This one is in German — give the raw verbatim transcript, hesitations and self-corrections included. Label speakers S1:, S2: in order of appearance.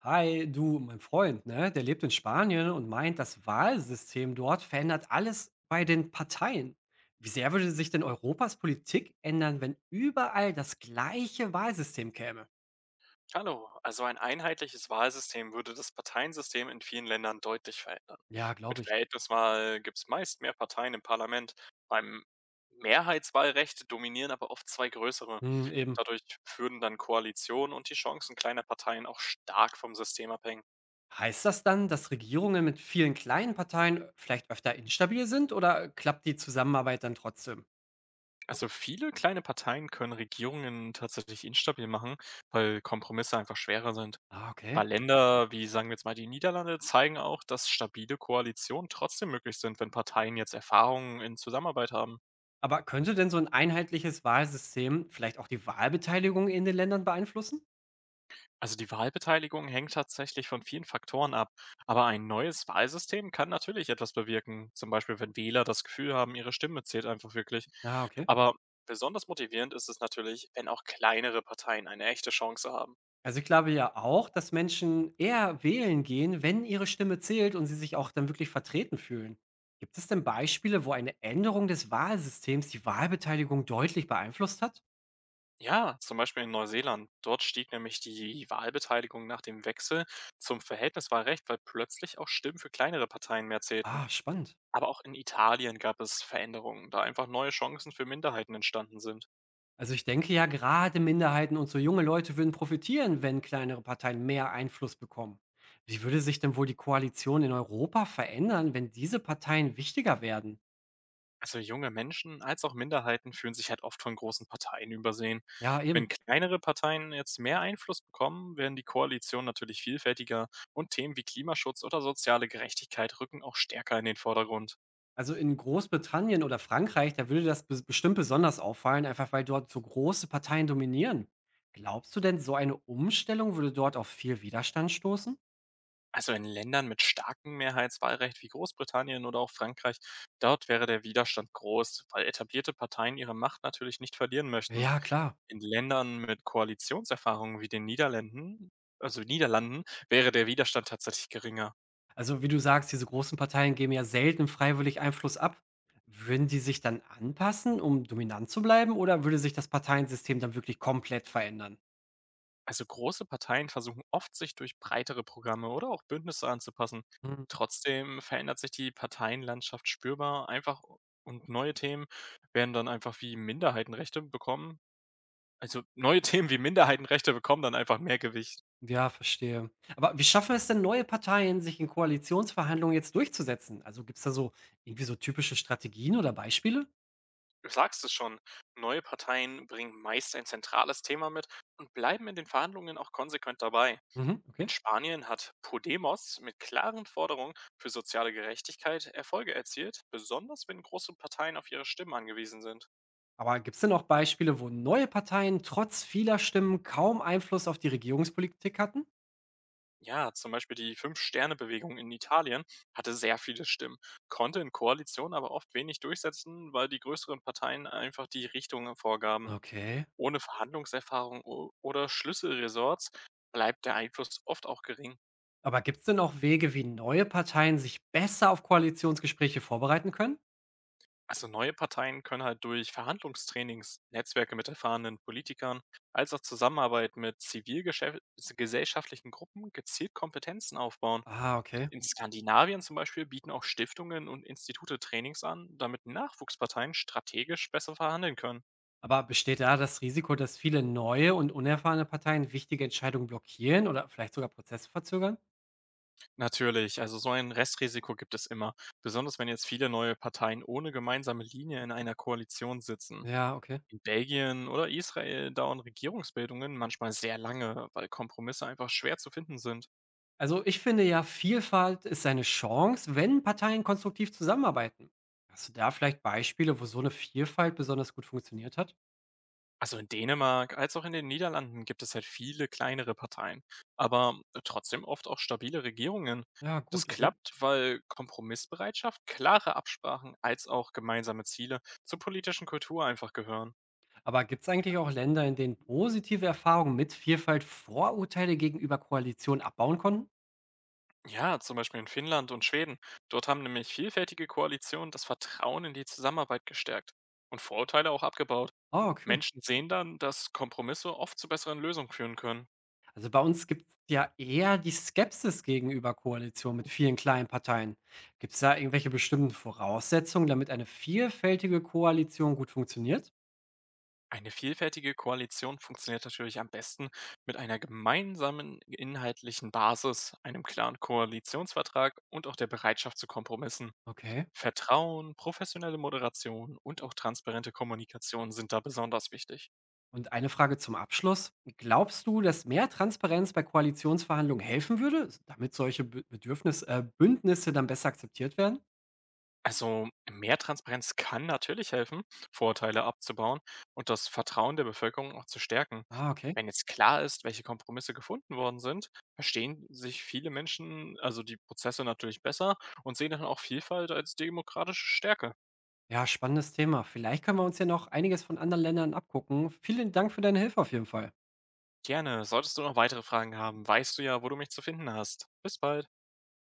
S1: Hi, du, mein Freund, ne, der lebt in Spanien und meint, das Wahlsystem dort verändert alles bei den Parteien. Wie sehr würde sich denn Europas Politik ändern, wenn überall das gleiche Wahlsystem käme?
S2: Hallo, also ein einheitliches Wahlsystem würde das Parteiensystem in vielen Ländern deutlich verändern.
S1: Ja,
S2: Mit
S1: glaube ich.
S2: Verhältniswahl gibt es meist mehr Parteien im Parlament. Beim Mehrheitswahlrecht dominieren aber oft zwei größere.
S1: Hm, eben.
S2: Dadurch würden dann Koalitionen und die Chancen kleiner Parteien auch stark vom System abhängen.
S1: Heißt das dann, dass Regierungen mit vielen kleinen Parteien vielleicht öfter instabil sind oder klappt die Zusammenarbeit dann trotzdem?
S2: Also viele kleine Parteien können Regierungen tatsächlich instabil machen, weil Kompromisse einfach schwerer sind.
S1: Ah, okay.
S2: Weil Länder wie, sagen wir jetzt mal, die Niederlande zeigen auch, dass stabile Koalitionen trotzdem möglich sind, wenn Parteien jetzt Erfahrungen in Zusammenarbeit haben.
S1: Aber könnte denn so ein einheitliches Wahlsystem vielleicht auch die Wahlbeteiligung in den Ländern beeinflussen?
S2: Also die Wahlbeteiligung hängt tatsächlich von vielen Faktoren ab. Aber ein neues Wahlsystem kann natürlich etwas bewirken. Zum Beispiel, wenn Wähler das Gefühl haben, ihre Stimme zählt einfach wirklich.
S1: Ah, okay.
S2: Aber besonders motivierend ist es natürlich, wenn auch kleinere Parteien eine echte Chance haben.
S1: Also, ich glaube ja auch, dass Menschen eher wählen gehen, wenn ihre Stimme zählt und sie sich auch dann wirklich vertreten fühlen. Gibt es denn Beispiele, wo eine Änderung des Wahlsystems die Wahlbeteiligung deutlich beeinflusst hat?
S2: Ja, zum Beispiel in Neuseeland. Dort stieg nämlich die Wahlbeteiligung nach dem Wechsel zum Verhältniswahlrecht, weil plötzlich auch Stimmen für kleinere Parteien mehr zählten.
S1: Ah, spannend.
S2: Aber auch in Italien gab es Veränderungen, da einfach neue Chancen für Minderheiten entstanden sind.
S1: Also ich denke ja, gerade Minderheiten und so junge Leute würden profitieren, wenn kleinere Parteien mehr Einfluss bekommen. Wie würde sich denn wohl die Koalition in Europa verändern, wenn diese Parteien wichtiger werden?
S2: Also junge Menschen als auch Minderheiten fühlen sich halt oft von großen Parteien übersehen.
S1: Ja,
S2: Wenn
S1: eben.
S2: kleinere Parteien jetzt mehr Einfluss bekommen, werden die Koalitionen natürlich vielfältiger und Themen wie Klimaschutz oder soziale Gerechtigkeit rücken auch stärker in den Vordergrund.
S1: Also in Großbritannien oder Frankreich, da würde das bes- bestimmt besonders auffallen, einfach weil dort so große Parteien dominieren. Glaubst du denn, so eine Umstellung würde dort auf viel Widerstand stoßen?
S2: Also in Ländern mit starkem Mehrheitswahlrecht wie Großbritannien oder auch Frankreich, dort wäre der Widerstand groß, weil etablierte Parteien ihre Macht natürlich nicht verlieren möchten.
S1: Ja, klar.
S2: In Ländern mit Koalitionserfahrungen wie den Niederlanden, also Niederlanden, wäre der Widerstand tatsächlich geringer.
S1: Also wie du sagst, diese großen Parteien geben ja selten freiwillig Einfluss ab. Würden die sich dann anpassen, um dominant zu bleiben, oder würde sich das Parteiensystem dann wirklich komplett verändern?
S2: Also große Parteien versuchen oft, sich durch breitere Programme oder auch Bündnisse anzupassen.
S1: Hm,
S2: Trotzdem verändert sich die Parteienlandschaft spürbar einfach und neue Themen werden dann einfach wie Minderheitenrechte bekommen Also, neue Themen wie Minderheitenrechte bekommen dann einfach mehr Gewicht.
S1: ja, verstehe. Aber wie schaffen es denn neue Parteien, sich in Koalitionsverhandlungen jetzt durchzusetzen? Also gibt es da so irgendwie so typische Strategien oder Beispiele?
S2: Du sagst es schon, neue Parteien bringen meist ein zentrales Thema mit und bleiben in den Verhandlungen auch konsequent dabei.
S1: Mhm,
S2: In
S1: okay.
S2: Spanien hat Podemos mit klaren Forderungen für soziale Gerechtigkeit Erfolge erzielt, besonders wenn große Parteien auf ihre Stimmen angewiesen sind.
S1: Aber gibt es denn auch Beispiele, wo neue Parteien trotz vieler Stimmen kaum Einfluss auf die Regierungspolitik hatten?
S2: Ja, zum Beispiel die Fünf-Sterne-Bewegung in Italien hatte sehr viele Stimmen, konnte in Koalitionen aber oft wenig durchsetzen, weil die größeren Parteien einfach die Richtungen vorgaben.
S1: Okay.
S2: Ohne Verhandlungserfahrung o- oder Schlüsselresorts bleibt der Einfluss oft auch gering.
S1: Aber gibt es denn auch Wege, wie neue Parteien sich besser auf Koalitionsgespräche vorbereiten können?
S2: Also neue Parteien können halt durch Verhandlungstrainings, Netzwerke mit erfahrenen Politikern, als auch Zusammenarbeit mit zivilgesellschaftlichen Gruppen gezielt Kompetenzen aufbauen.
S1: Ah, okay.
S2: In Skandinavien zum Beispiel bieten auch Stiftungen und Institute Trainings an, damit Nachwuchsparteien strategisch besser verhandeln können.
S1: Aber besteht da das Risiko, dass viele neue und unerfahrene Parteien wichtige Entscheidungen blockieren oder vielleicht sogar Prozesse verzögern?
S2: Natürlich, also so ein Restrisiko gibt es immer, besonders wenn jetzt viele neue Parteien ohne gemeinsame Linie in einer Koalition sitzen.
S1: Ja, okay.
S2: In Belgien oder Israel dauern Regierungsbildungen manchmal sehr lange, weil Kompromisse einfach schwer zu finden sind.
S1: Also ich finde ja, Vielfalt ist eine Chance, wenn Parteien konstruktiv zusammenarbeiten. Hast du da vielleicht Beispiele, wo so eine Vielfalt besonders gut funktioniert hat?
S2: Also in Dänemark als auch in den Niederlanden gibt es halt viele kleinere Parteien, aber trotzdem oft auch stabile Regierungen.
S1: Ja,
S2: Das
S1: gut, okay.
S2: klappt, weil Kompromissbereitschaft, klare Absprachen als auch gemeinsame Ziele zur politischen Kultur einfach gehören.
S1: Aber gibt's eigentlich auch Länder, in denen positive Erfahrungen mit Vielfalt Vorurteile gegenüber Koalitionen abbauen konnten?
S2: Ja, zum Beispiel in Finnland und Schweden. Dort haben nämlich vielfältige Koalitionen das Vertrauen in die Zusammenarbeit gestärkt und Vorurteile auch abgebaut.
S1: Ah, okay.
S2: Menschen sehen dann, dass Kompromisse oft zu besseren Lösungen führen können.
S1: Also bei uns gibt's ja eher die Skepsis gegenüber Koalitionen mit vielen kleinen Parteien. Gibt's da irgendwelche bestimmten Voraussetzungen, damit eine vielfältige Koalition gut funktioniert?
S2: Eine vielfältige Koalition funktioniert natürlich am besten mit einer gemeinsamen inhaltlichen Basis, einem klaren Koalitionsvertrag und auch der Bereitschaft zu Kompromissen.
S1: Okay.
S2: Vertrauen, professionelle Moderation und auch transparente Kommunikation sind da besonders wichtig.
S1: Und eine Frage zum Abschluss. Glaubst du, dass mehr Transparenz bei Koalitionsverhandlungen helfen würde, damit solche Bü- Bedürfnis, äh, Bündnisse dann besser akzeptiert werden?
S2: Also mehr Transparenz kann natürlich helfen, Vorurteile abzubauen und das Vertrauen der Bevölkerung auch zu stärken.
S1: Ah, okay.
S2: Wenn jetzt klar ist, welche Kompromisse gefunden worden sind, verstehen sich viele Menschen also die Prozesse natürlich besser und sehen dann auch Vielfalt als demokratische Stärke.
S1: Ja, spannendes Thema. Vielleicht können wir uns ja noch einiges von anderen Ländern abgucken. Vielen Dank für deine Hilfe auf jeden Fall.
S2: Gerne, solltest du noch weitere Fragen haben, weißt du ja, wo du mich zu finden hast. Bis bald.